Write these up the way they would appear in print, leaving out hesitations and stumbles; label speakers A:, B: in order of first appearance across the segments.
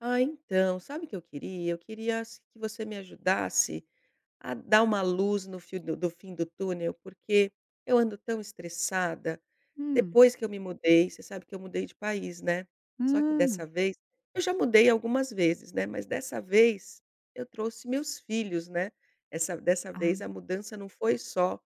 A: Ah, então, sabe o que eu queria? Eu queria se que você me ajudasse, a dar uma luz no fio do fim do túnel, porque eu ando tão estressada.
B: Hum,
A: Depois que eu me mudei, você sabe que eu mudei de país, né. Só que dessa
B: hum.
A: vez eu já mudei algumas vezes, né, mas dessa vez eu trouxe meus filhos, né. Essa dessa
B: Ah,
A: vez a mudança não foi só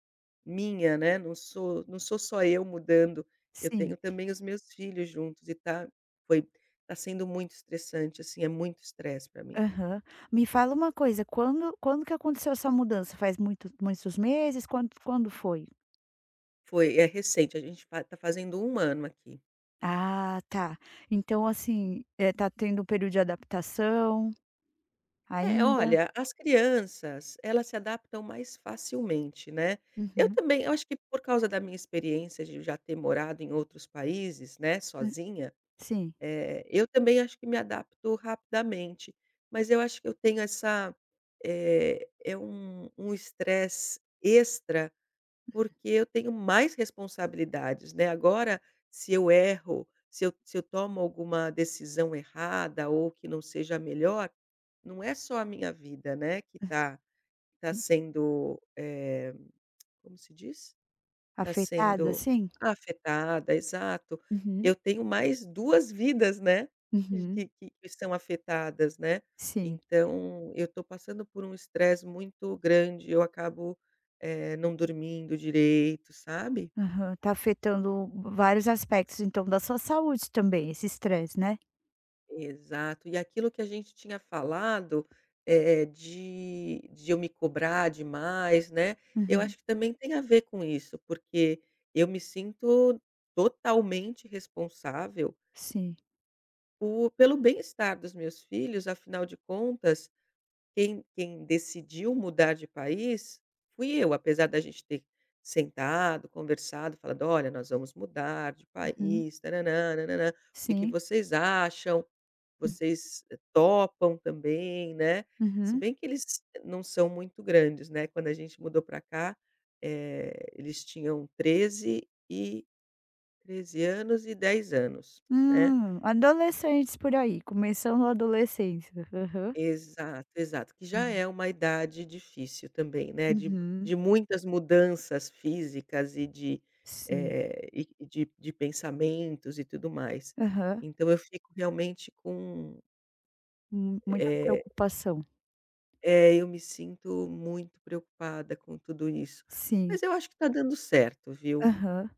A: minha, né, não sou só eu mudando, eu tenho
B: sim.
A: também os meus filhos juntos e foi tá sendo muito estressante, assim, é muito estresse para mim.
B: Aham. Me fala uma coisa, quando que aconteceu essa mudança? Faz muito muitos meses? Quando foi?
A: Foi é recente, a gente fa tá fazendo um ano aqui.
B: Ah, tá. Então, assim, tá tendo um período de adaptação
A: É,
B: ainda?
A: olha, as crianças, elas se adaptam mais facilmente, né. Eu
B: Uhum.
A: também eu acho que por causa da minha experiência de já ter morado em outros países, né,
B: Hã,
A: sozinha,
B: sim.
A: eu também acho que me adapto rapidamente, mas eu acho que eu tenho essa, eh, é um estresse extra porque eu tenho mais responsabilidades, né, agora, se eu erro, se eu tomo alguma decisão errada ou que não seja a melhor, não é só a minha vida, né, que
B: Hã,
A: está tá tá sendo, eh, como se diz? Tá
B: afetada,
A: sendo
B: sim?
A: afetada, exato. Eu
B: Uhum,
A: tenho mais 2 vidas, né,
B: uhum.
A: que são afetadas, né.
B: Sim.
A: Então eu estou passando por um estresse muito grande, eu acabo, não dormindo direito, sabe.
B: Aham. Tá afetando vários aspectos, então, da sua saúde também, esse estresse, né?
A: Exato. E aquilo que a gente tinha falado, eh, de eu me cobrar demais, né, eu
B: Uhum.
A: acho que também tem a ver com isso, porque eu me sinto totalmente responsável
B: Sim.
A: O pelo bem-estar dos meus filhos, afinal de contas, quem decidiu mudar de país fui eu, apesar da gente ter sentado, conversado, falado: "Olha, nós vamos mudar de
B: Uhum.
A: país, tã nã o que que
B: Sim.
A: vocês acham? Vocês topam também, né?" Se
B: Uhum.
A: bem que eles não são muito grandes, né, quando a gente mudou para cá, eh, eles tinham 13 anos e 10 anos, né.
B: Adolescentes por aí, começando a adolescência. Aham.
A: Exato, exato, que já
B: Uhum.
A: é uma idade difícil também, né,
B: Uhum,
A: de muitas mudanças físicas e de,
B: sim.
A: de pensamentos e tudo mais.
B: Aham.
A: Então eu fico realmente com
B: Mu muita
A: eh,
B: preocupação.
A: é, eu me sinto muito preocupada com tudo isso,
B: Sim.
A: mas eu acho que está dando certo, viu.
B: Aham.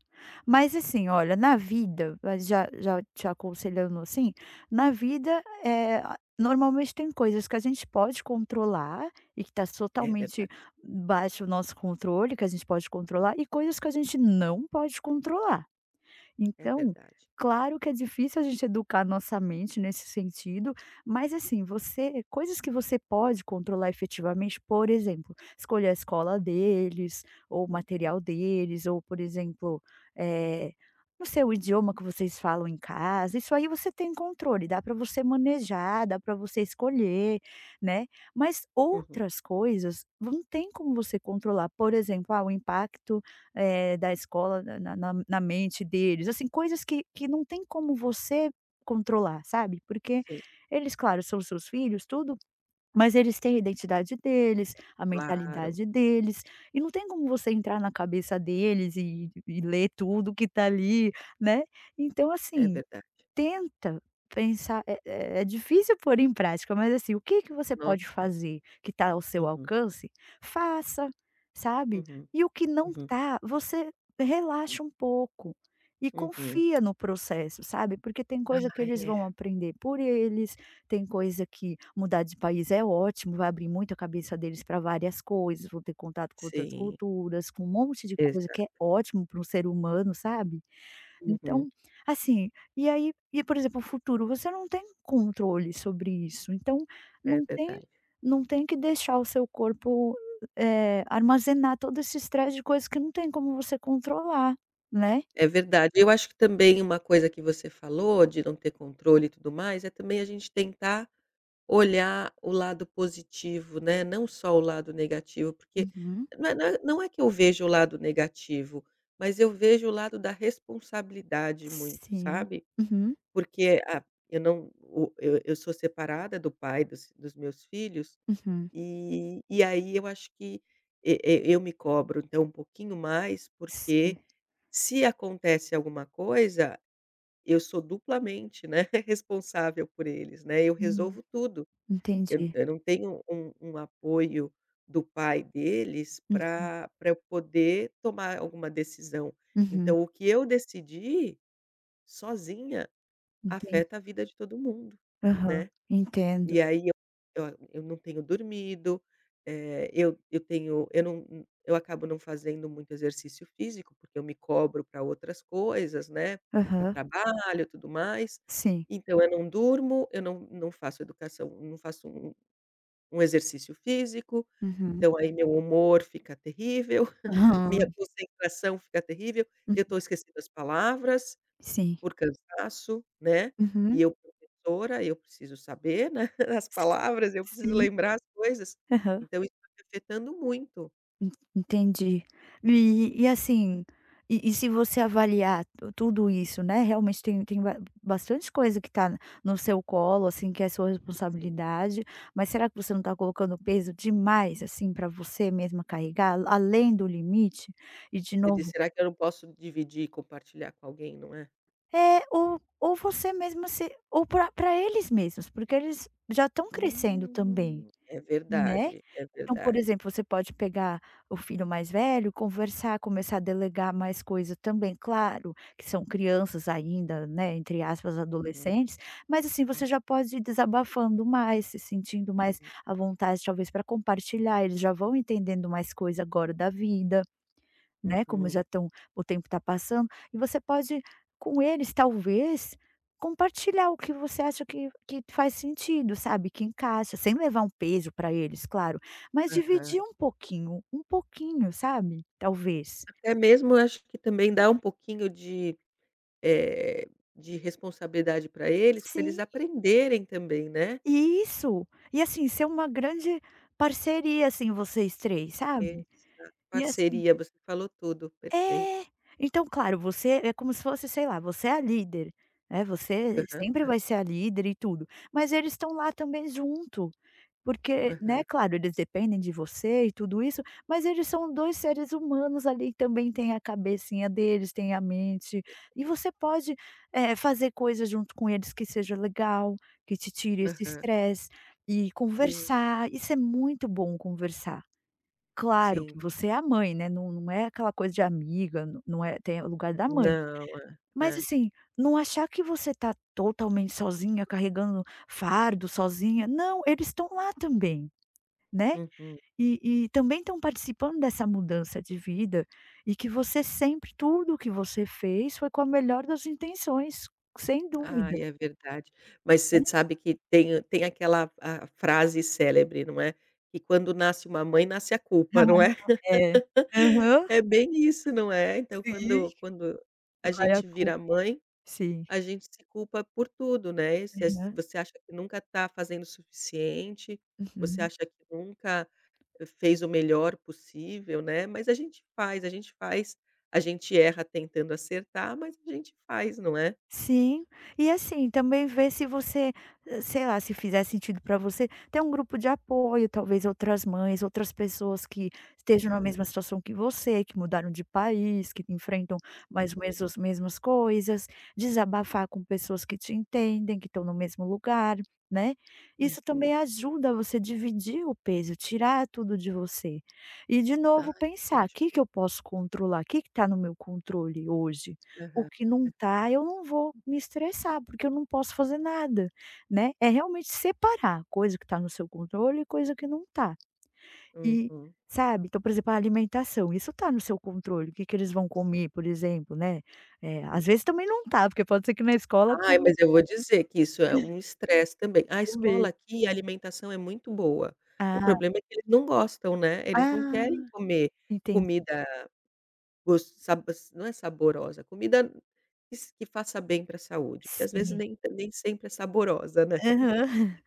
B: Mas assim, olha, na vida, mas já te aconselhando assim, na vida, é a normalmente tem coisas que a gente pode controlar e que está
A: É
B: totalmente
A: verdade,
B: baixo o nosso controle, que a gente pode controlar, e coisas que a gente não pode controlar.
A: é
B: Então,
A: verdade.
B: claro que é difícil a gente educar nossa mente nesse sentido, mas assim, você coisas que você pode controlar efetivamente, por exemplo, escolher a escola deles, ou o
A: Hum,
B: material deles, ou por exemplo, eh, não sei, o idioma que vocês falam em casa, isso aí você tem controle, dá para você manejar, dá para você escolher, né. Mas
A: uhum,
B: outras coisas, não tem como você controlar, por exemplo, ah, o impacto da escola na mente deles, assim, coisas que não tem como você controlar, sabe, porque
A: sim,
B: eles, claro, são seus filhos, tudo, mas eles têm a identidade deles, a
A: claro,
B: mentalidade deles, e não tem como você entrar na cabeça deles e ler tudo que tá ali, né. Então,
A: é
B: assim.
A: verdade.
B: Tenta pensar, é difícil pôr em prática, mas assim, o que que você pode
A: Nossa, é.
B: fazer que está ao seu
A: Uhum,
B: alcance, faça, sabe.
A: uhum,
B: E o que não
A: uhum,
B: tá, você relaxa um pouco e
A: uhum.
B: confia no processo, sabe, porque tem coisa que
A: Ai,
B: eles vão
A: é,
B: aprender por eles, tem coisa que mudar de país é ótimo, vai abrir muito a cabeça deles para várias coisas, vão ter contato com outras
A: sim.
B: culturas, com um monte de coisa que é
A: Exato.
B: ótimo para um ser humano, sabe.
A: Uhum.
B: Então, assim, e aí e por exemplo, o futuro, você não tem controle sobre isso, então
A: É
B: não tem
A: verdade.
B: não tem que deixar o seu corpo, armazenar todo esse estresse de coisas que não tem como você controlar, né.
A: É verdade. Eu acho que também uma coisa que você falou de não ter controle e tudo mais, é também a gente tentar olhar o lado positivo, né, não só o lado negativo, porque
B: Uhum.
A: não é que eu vejo o lado negativo, mas eu vejo o lado da responsabilidade muito,
B: Sim.
A: sabe.
B: Uhum,
A: Porque, ah, eu não o eu sou separada do pai dos meus filhos
B: uhum.
A: E aí eu acho que eu me cobro, então, um pouquinho mais, porque
B: Sim.
A: se acontece alguma coisa, eu sou duplamente, né, responsável por eles, né, eu
B: Hum,
A: resolvo tudo. Eu
B: entendi.
A: eu não tenho um apoio do pai deles
B: Hum,
A: para pra eu poder tomar alguma decisão.
B: uhum,
A: Então o que eu decidi sozinha
B: entendi.
A: afeta a vida de todo mundo,
B: Aham,
A: né.
B: entendo.
A: E aí eu não tenho dormido, eu acabo não fazendo muito exercício físico, porque eu me cobro para outras coisas, né, para
B: Aham,
A: trabalho, e tudo mais.
B: sim.
A: Então eu não durmo, eu não faço educação não faço um exercício físico,
B: Uhum.
A: então aí meu humor fica terrível, minha
B: Aham.
A: concentração fica terrível,
B: Hum,
A: eu estou esquecendo as palavras.
B: sim.
A: Por cansaço, né,
B: Uhum.
A: e eu professora, eu preciso saber, né, as palavras, eu preciso
B: Sim.
A: lembrar as coisas,
B: Aham.
A: então isso tá me afetando muito.
B: Entendi. E assim, e se você avaliar tu tudo isso, né, realmente tem ba bastante coisa que tá no seu colo, assim, que é sua
A: Sim.
B: responsabilidade, mas será que você não tá colocando peso demais, assim, para você mesma carregar, além do limite? E de
A: Eu disse:
B: novo
A: "Será que eu não posso dividir e compartilhar com alguém, não é?"
B: é, ou você mesma se ou para pra eles mesmos, porque eles já estão crescendo também,
A: Hum. É
B: né?
A: verdade, é
B: Então, por
A: verdade.
B: exemplo, você pode pegar o filho mais velho, conversar, começar a delegar mais coisas. Também, claro, que são crianças ainda, né, entre aspas,
A: Uhum,
B: adolescentes, mas assim,
A: hum,
B: você já pode ir desabafando mais, se sentindo mais
A: uhum.
B: à vontade, talvez, para compartilhar, eles já vão entendendo mais coisa agora da vida. Né, como
A: Uhum,
B: já estão o tempo está passando, e você pode com eles talvez compartilhar o que você acha que faz sentido, sabe, que encaixa, sem levar um peso para eles, claro, mas
A: aham.
B: dividir um pouquinho, sabe, talvez.
A: Até mesmo eu acho que também dá um pouquinho de, eh, de responsabilidade para eles
B: Sim,
A: aprenderem também, né.
B: isso. E assim, ser uma grande parceria, assim, vocês 3 sabe.
A: Exato,
B: E assim.
A: parceria, você falou tudo, perfeito.
B: É. Então, claro, você é como se fosse, sei lá, você é a líder, né, você
A: Aham,
B: sempre vai ser a líder e tudo, mas eles estão lá também junto, porque,
A: aham,
B: né, claro, eles dependem de você e tudo isso, mas eles são 2 seres humanos ali, que também têm a cabecinha deles, têm a mente, e você pode, fazer coisas junto com eles que seja legal, que te tire esse
A: aham.
B: estresse, e
A: Sim,
B: conversar, isso é muito bom conversar. Claro que
A: sim.
B: você é a mãe, né, não é aquela coisa de amiga, não é, tem o lugar da mãe.
A: Não, é,
B: Mas
A: é.
B: assim, não achar que você tá totalmente sozinha, carregando fardo sozinha, não, eles estão lá também, né.
A: Uhum.
B: E também estão participando dessa mudança de vida, e que você sempre tudo o que você fez foi com a melhor das intenções, sem dúvida,
A: Ai, é verdade. Mas
B: né.
A: você sabe que tem aquela a frase célebre, não é, que quando nasce uma mãe, nasce a culpa, não é?
B: É. Aham,
A: É bem isso, não é? Então
B: sim,
A: quando a
B: vai a
A: gente
B: culpa.
A: vira mãe,
B: Sim.
A: a gente se culpa por tudo, né, você
B: Aham.
A: você acha que nunca está fazendo o suficiente, você
B: Uhum.
A: acha que nunca Fez o melhor possível, né, mas a gente faz, a gente faz, a gente erra tentando acertar, mas a gente faz, não é?
B: Sim, e assim, também ver se você, sei lá, se fizer sentido para você, ter um grupo de apoio, talvez outras mães, outras pessoas que estejam na mesma
A: Ah,
B: situação que você, que mudaram de país, que enfrentam mais ou menos as mesmas coisas, desabafar com pessoas que te entendem, que estão no mesmo lugar, né. Isso
A: uhum.
B: também ajuda você dividir o peso, tirar tudo de você. E de novo
A: Ai, que
B: pensar: o
A: ótimo.
B: "Que que eu posso controlar? O que que está no meu controle hoje?" O
A: Aham.
B: que não tá, eu não vou me estressar, porque eu não posso fazer nada, né. É realmente separar coisa que tá no seu controle e coisa que não tá. E,
A: Uhum.
B: sabe, então, por exemplo, a alimentação, isso tá no seu controle, o que que eles vão
A: Sim.
B: comer, por exemplo, né.
A: Hum.
B: Às vezes também não tá, porque pode ser que na escola
A: Ai,
B: coma
A: mas eu vou dizer que isso é um estresse também. A escola
B: também.
A: aqui, a alimentação é muito boa, o
B: Ah,
A: problema é que eles não gostam, né, eles não
B: ah,
A: querem comer
B: entendi.
A: comida gos sabo não é saborosa, comida que faça bem para a saúde, porque às vezes
B: Sim.
A: nem sempre é saborosa, né.
B: Aham.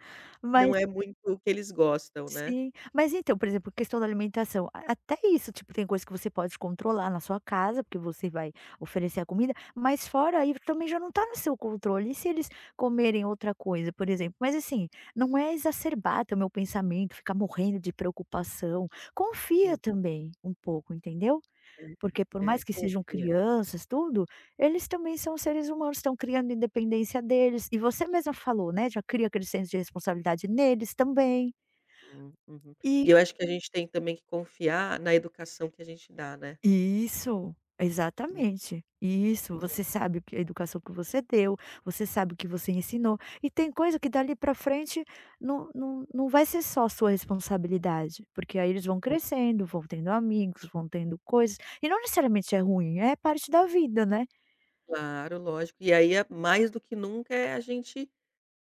A: Não
B: Mas.
A: é muito o que eles gostam, né.
B: Sim. Mas então, por exemplo, questão da alimentação, a até isso, tipo, tem coisa que você pode controlar na sua casa, porque você vai oferecer a comida, mas fora aí também já não tá no seu controle. E se eles comerem outra coisa, por exemplo? Mas assim, não é exacerbar também meu pensamento, ficar morrendo de preocupação. Confia
A: Hum.
B: também um pouco, entendeu?
A: É,
B: Porque por
A: é,
B: mais que sejam
A: confia.
B: crianças, tudo, eles também são seres humanos, estão criando independência deles. E você mesma falou, né, já cria aquele senso de responsabilidade neles também.
A: Uhum. E
B: E.
A: eu acho que a gente tem também que confiar na educação que a gente dá, né.
B: Isso,
A: Hum,
B: exatamente. Isso, você sabe o que a educação que você deu, você sabe o que você ensinou, e tem coisa que dali para frente não vai ser só sua responsabilidade, porque aí eles vão
A: é.
B: crescendo, vão tendo amigos, vão tendo coisas, e não necessariamente é ruim, é parte da vida, né?
A: Claro, lógico. E aí é mais do que nunca é a gente,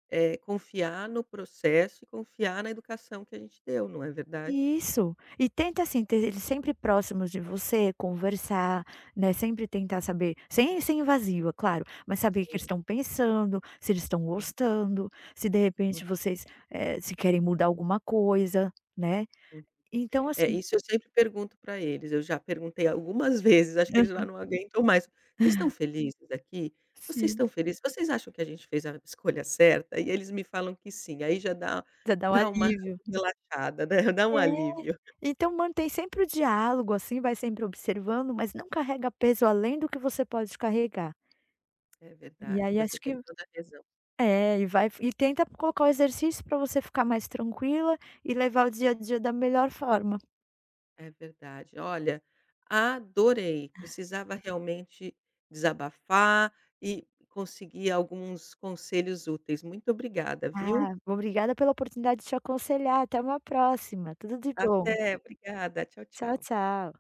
A: confiar no processo e confiar na educação que a gente deu, não é verdade?
B: Isso. E tenta, assim, ter eles sempre próximos de você, conversar, né, sempre tentar saber sem ser invasiva, claro, mas saber o que eles
A: Sim.
B: estão pensando, se eles estão
A: Uhum.
B: gostando, se de repente vocês, se querem mudar alguma coisa, né.
A: uhum.
B: Então
A: É,
B: assim.
A: isso eu sempre pergunto para eles, eu já perguntei algumas vezes, acho que eles lá não aguentam mais: "Vocês estão felizes aqui? Vocês
B: Sim,
A: estão felizes? Vocês acham que a gente fez a escolha certa?" E eles me falam que sim, aí já dá
B: já dá um
A: dá uma
B: alívio.
A: relaxada, né, dá um
B: É.
A: alívio.
B: Então mantém sempre o diálogo, assim, vai sempre observando, mas não carrega peso além do que você pode carregar.
A: É
B: E
A: verdade,
B: aí
A: você
B: acho que.
A: tem toda a razão.
B: É, e vai e tenta colocar o exercício para você ficar mais tranquila e levar o dia a dia da melhor forma.
A: É verdade. Olha, adorei, precisava realmente desabafar e conseguir alguns conselhos úteis. Muito obrigada, viu.
B: Ah, obrigada pela oportunidade de te aconselhar. Até uma próxima. Tudo de bom.
A: Até, obrigada. Tchau,
B: Tchau,
A: tchau.
B: tchau.